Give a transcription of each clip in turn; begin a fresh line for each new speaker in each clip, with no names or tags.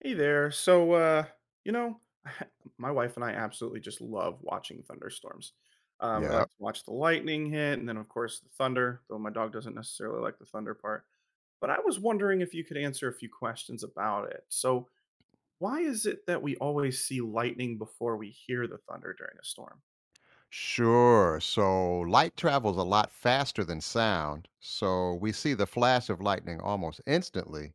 Hey there. You know, my wife and I absolutely just love watching thunderstorms. We
Yeah,
like to watch the lightning hit and then, of course, the thunder, though my dog doesn't necessarily like the thunder part. But I was wondering if you could answer a few questions about it. So, why is it that we always see lightning before we hear the thunder during a storm?
sure. So light travels a lot faster than sound, so we see the flash of lightning almost instantly,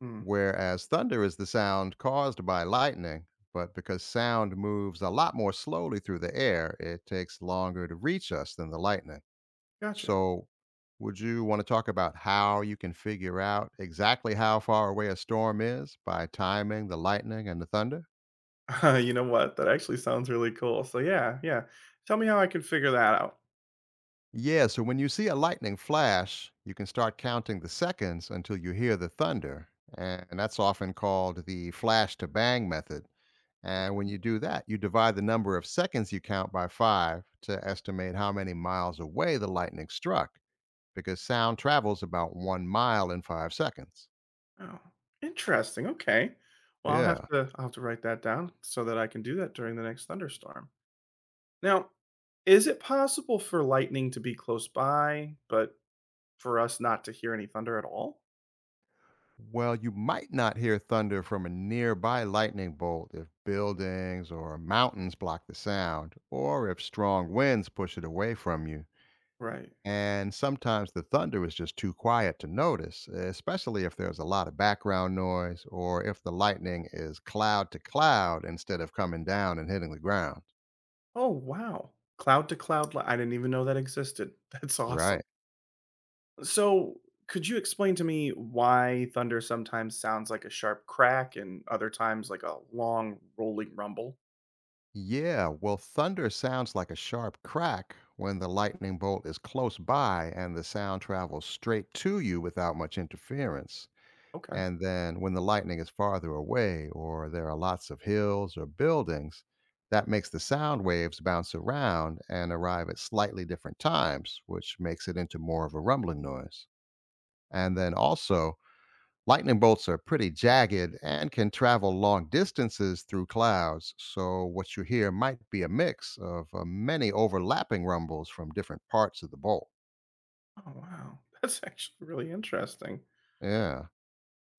Hmm,
whereas thunder is the sound caused by lightning. But because sound moves a lot more slowly through the air, it takes longer to reach us than the lightning.
gotcha.
So, would you want to talk about how you can figure out exactly how far away a storm is by timing the lightning and the thunder?
You know what? That actually sounds really cool. So, yeah, yeah. Tell me how I can figure that out.
Yeah, so when you see a lightning flash, you can start counting the seconds until you hear the thunder. And that's often called the flash to bang method. And when you do that, you divide the number of seconds you count by five to estimate how many miles away the lightning struck, because sound travels about 1 mile in 5 seconds.
Oh, interesting, okay. Well, I'll have
Yeah.
to I'll have to write that down so that I can do that during the next thunderstorm. Now, is it possible for lightning to be close by, but for us not to hear any thunder at all?
Well, you might not hear thunder from a nearby lightning bolt if buildings or mountains block the sound, or if strong winds push it away from you.
Right.
And sometimes the thunder is just too quiet to notice, especially if there's a lot of background noise or if the lightning is cloud to cloud instead of coming down and hitting the ground.
Oh, wow. Cloud to cloud li I didn't even know that existed. That's awesome.
Right.
So, could you explain to me why thunder sometimes sounds like a sharp crack and other times like a long rolling rumble?
Yeah, well, thunder sounds like a sharp crack when the lightning bolt is close by and the sound travels straight to you without much interference.
Okay.
And then when the lightning is farther away or there are lots of hills or buildings, that makes the sound waves bounce around and arrive at slightly different times, which makes it into more of a rumbling noise. And then also, lightning bolts are pretty jagged and can travel long distances through clouds, so what you hear might be a mix of many overlapping rumbles from different parts of the bolt.
Oh, wow. That's actually really interesting.
Yeah.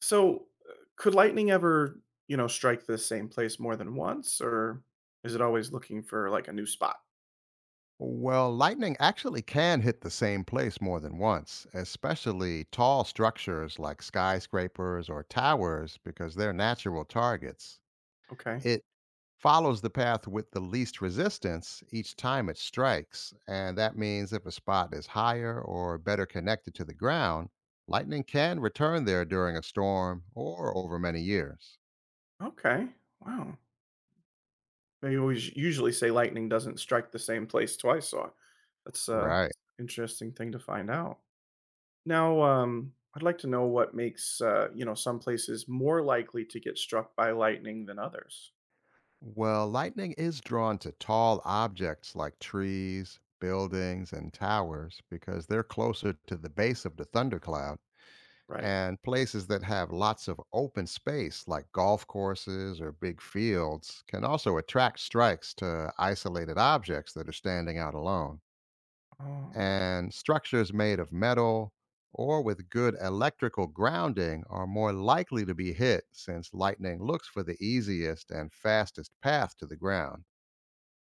So, could lightning ever, strike the same place more than once, or is it always looking for like a new spot?
Well, lightning actually can hit the same place more than once, especially tall structures like skyscrapers or towers, because they're natural targets.
Okay.
It follows the path with the least resistance each time it strikes. And that means if a spot is higher or better connected to the ground, lightning can return there during a storm or over many years.
Okay. Wow. They always usually say lightning doesn't strike the same place twice, so that's a
Right.
interesting thing to find out. Now, I'd like to know what makes some places more likely to get struck by lightning than others.
Well, lightning is drawn to tall objects like trees, buildings, and towers because they're closer to the base of the thundercloud.
Right.
And places that have lots of open space, like golf courses or big fields, can also attract strikes to isolated objects that are standing out alone.
Oh.
And structures made of metal or with good electrical grounding are more likely to be hit since lightning looks for the easiest and fastest path to the ground.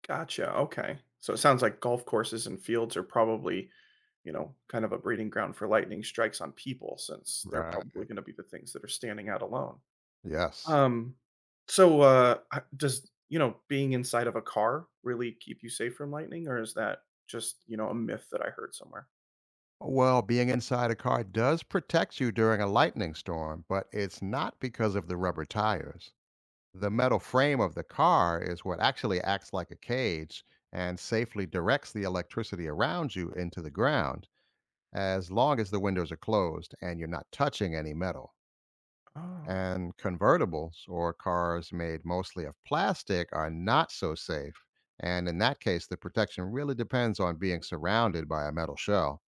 Gotcha, okay. So it sounds like golf courses and fields are probably, kind of a breeding ground for lightning strikes on people since they're
Right.
probably gonna be the things that are standing out alone.
Yes.
Um, so, h does, being inside of a car really keep you safe from lightning, or is that just, a myth that I heard somewhere?
Well, being inside a car does protect you during a lightning storm, but it's not because of the rubber tires. The metal frame of the car is what actually acts like a cage and safely directs the electricity around you into the ground as long as the windows are closed and you're not touching any metal.
Oh,
And convertibles or cars made mostly of plastic are not so safe. And in that case, the protection really depends on being surrounded by a metal shell.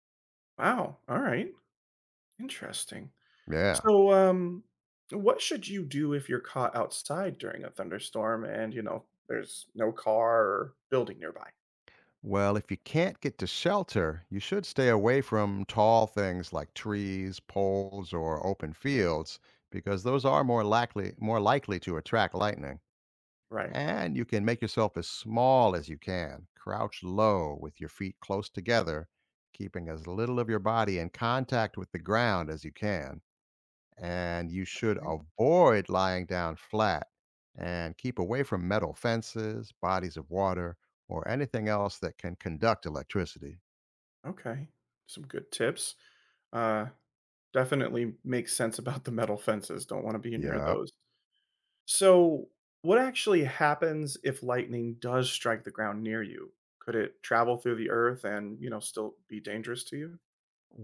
wow, alright, interesting.
Yeah.
So, what should you do if you're caught outside during a thunderstorm and, there's no car or building nearby?
Well, if you can't get to shelter, you should stay away from tall things like trees, poles, or open fields because those are more likely to attract lightning.
Right.
And you can make yourself as small as you can. Crouch low with your feet close together, keeping as little of your body in contact with the ground as you can, and you should
Interesting.
avoid lying down flat and keep away from metal fences, bodies of water, or anything else that can conduct electricity.
Okay. Some good tips. Uh, Definitely makes sense about the metal fences. Don't want to be near
Yep.
those. So, what actually happens if lightning does strike the ground near you? Could it travel through the earth and, still be dangerous to you?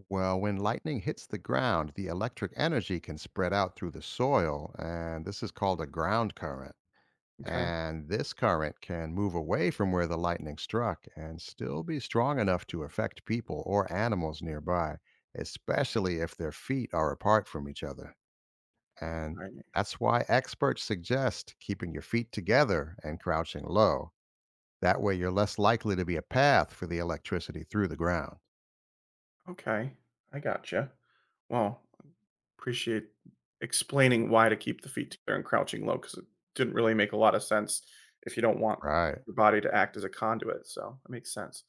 Well, when lightning hits the ground, the electric energy can spread out through the soil, and this is called a ground current.
Okay.
And this current can move away from where the lightning struck and still be strong enough to affect people or animals nearby, especially if their feet are apart from each other. And
Right.
that's why experts suggest keeping your feet together and crouching low. That way, you're less likely to be a path for the electricity through the ground.
Okay, I gotcha. Well, appreciate explaining why to keep the feet together and crouching low because it didn't really make a lot of sense if you don't want
Right.
your body to act as a conduit. So that makes sense.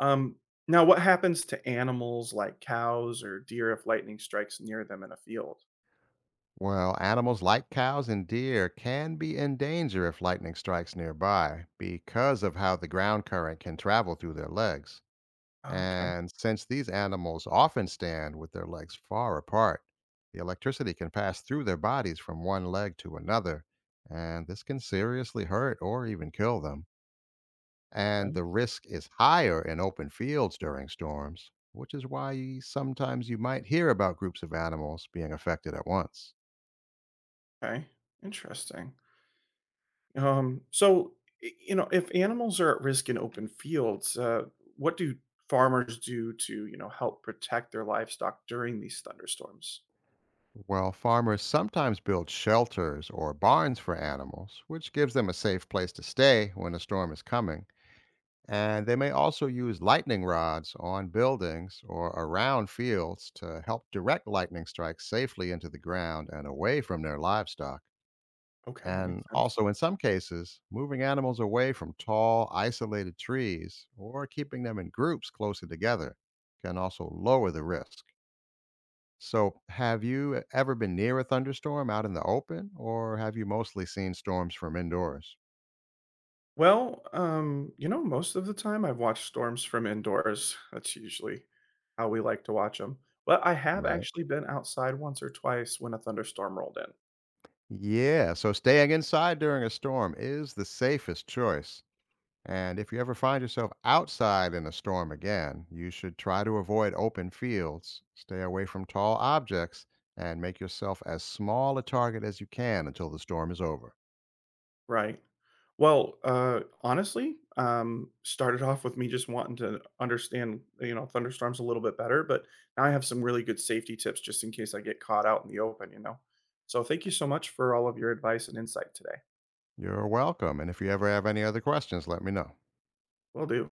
Um, Now, what happens to animals like cows or deer if lightning strikes near them in a field?
Well, animals like cows and deer can be in danger if lightning strikes nearby because of how the ground current can travel through their legs.
Okay,
And since these animals often stand with their legs far apart, the electricity can pass through their bodies from one leg to another, and this can seriously hurt or even kill them. And
okay,
the risk is higher in open fields during storms, which is why sometimes you might hear about groups of animals being affected at once.
okay. Interesting. So, if animals are at risk in open fields, what do farmers do to, help protect their livestock during these thunderstorms?
Well, farmers sometimes build shelters or barns for animals, which gives them a safe place to stay when a storm is coming. And they may also use lightning rods on buildings or around fields to help direct lightning strikes safely into the ground and away from their livestock.
Okay, that
And
makes sense.
also, in some cases, moving animals away from tall, isolated trees or keeping them in groups closer together can also lower the risk. So, have you ever been near a thunderstorm out in the open, or have you mostly seen storms from indoors?
Well, most of the time I've watched storms from indoors. That's usually how we like to watch them. But I have
Right.
actually been outside once or twice when a thunderstorm rolled in.
Yeah. So, staying inside during a storm is the safest choice. And if you ever find yourself outside in a storm again, you should try to avoid open fields, stay away from tall objects, and make yourself as small a target as you can until the storm is over.
Right. Well, honestly, started off with me just wanting to understand, thunderstorms a little bit better, but now I have some really good safety tips just in case I get caught out in the open, So thank you so much for all of your advice and insight today.
You're welcome. And if you ever have any other questions, let me know.
Will do.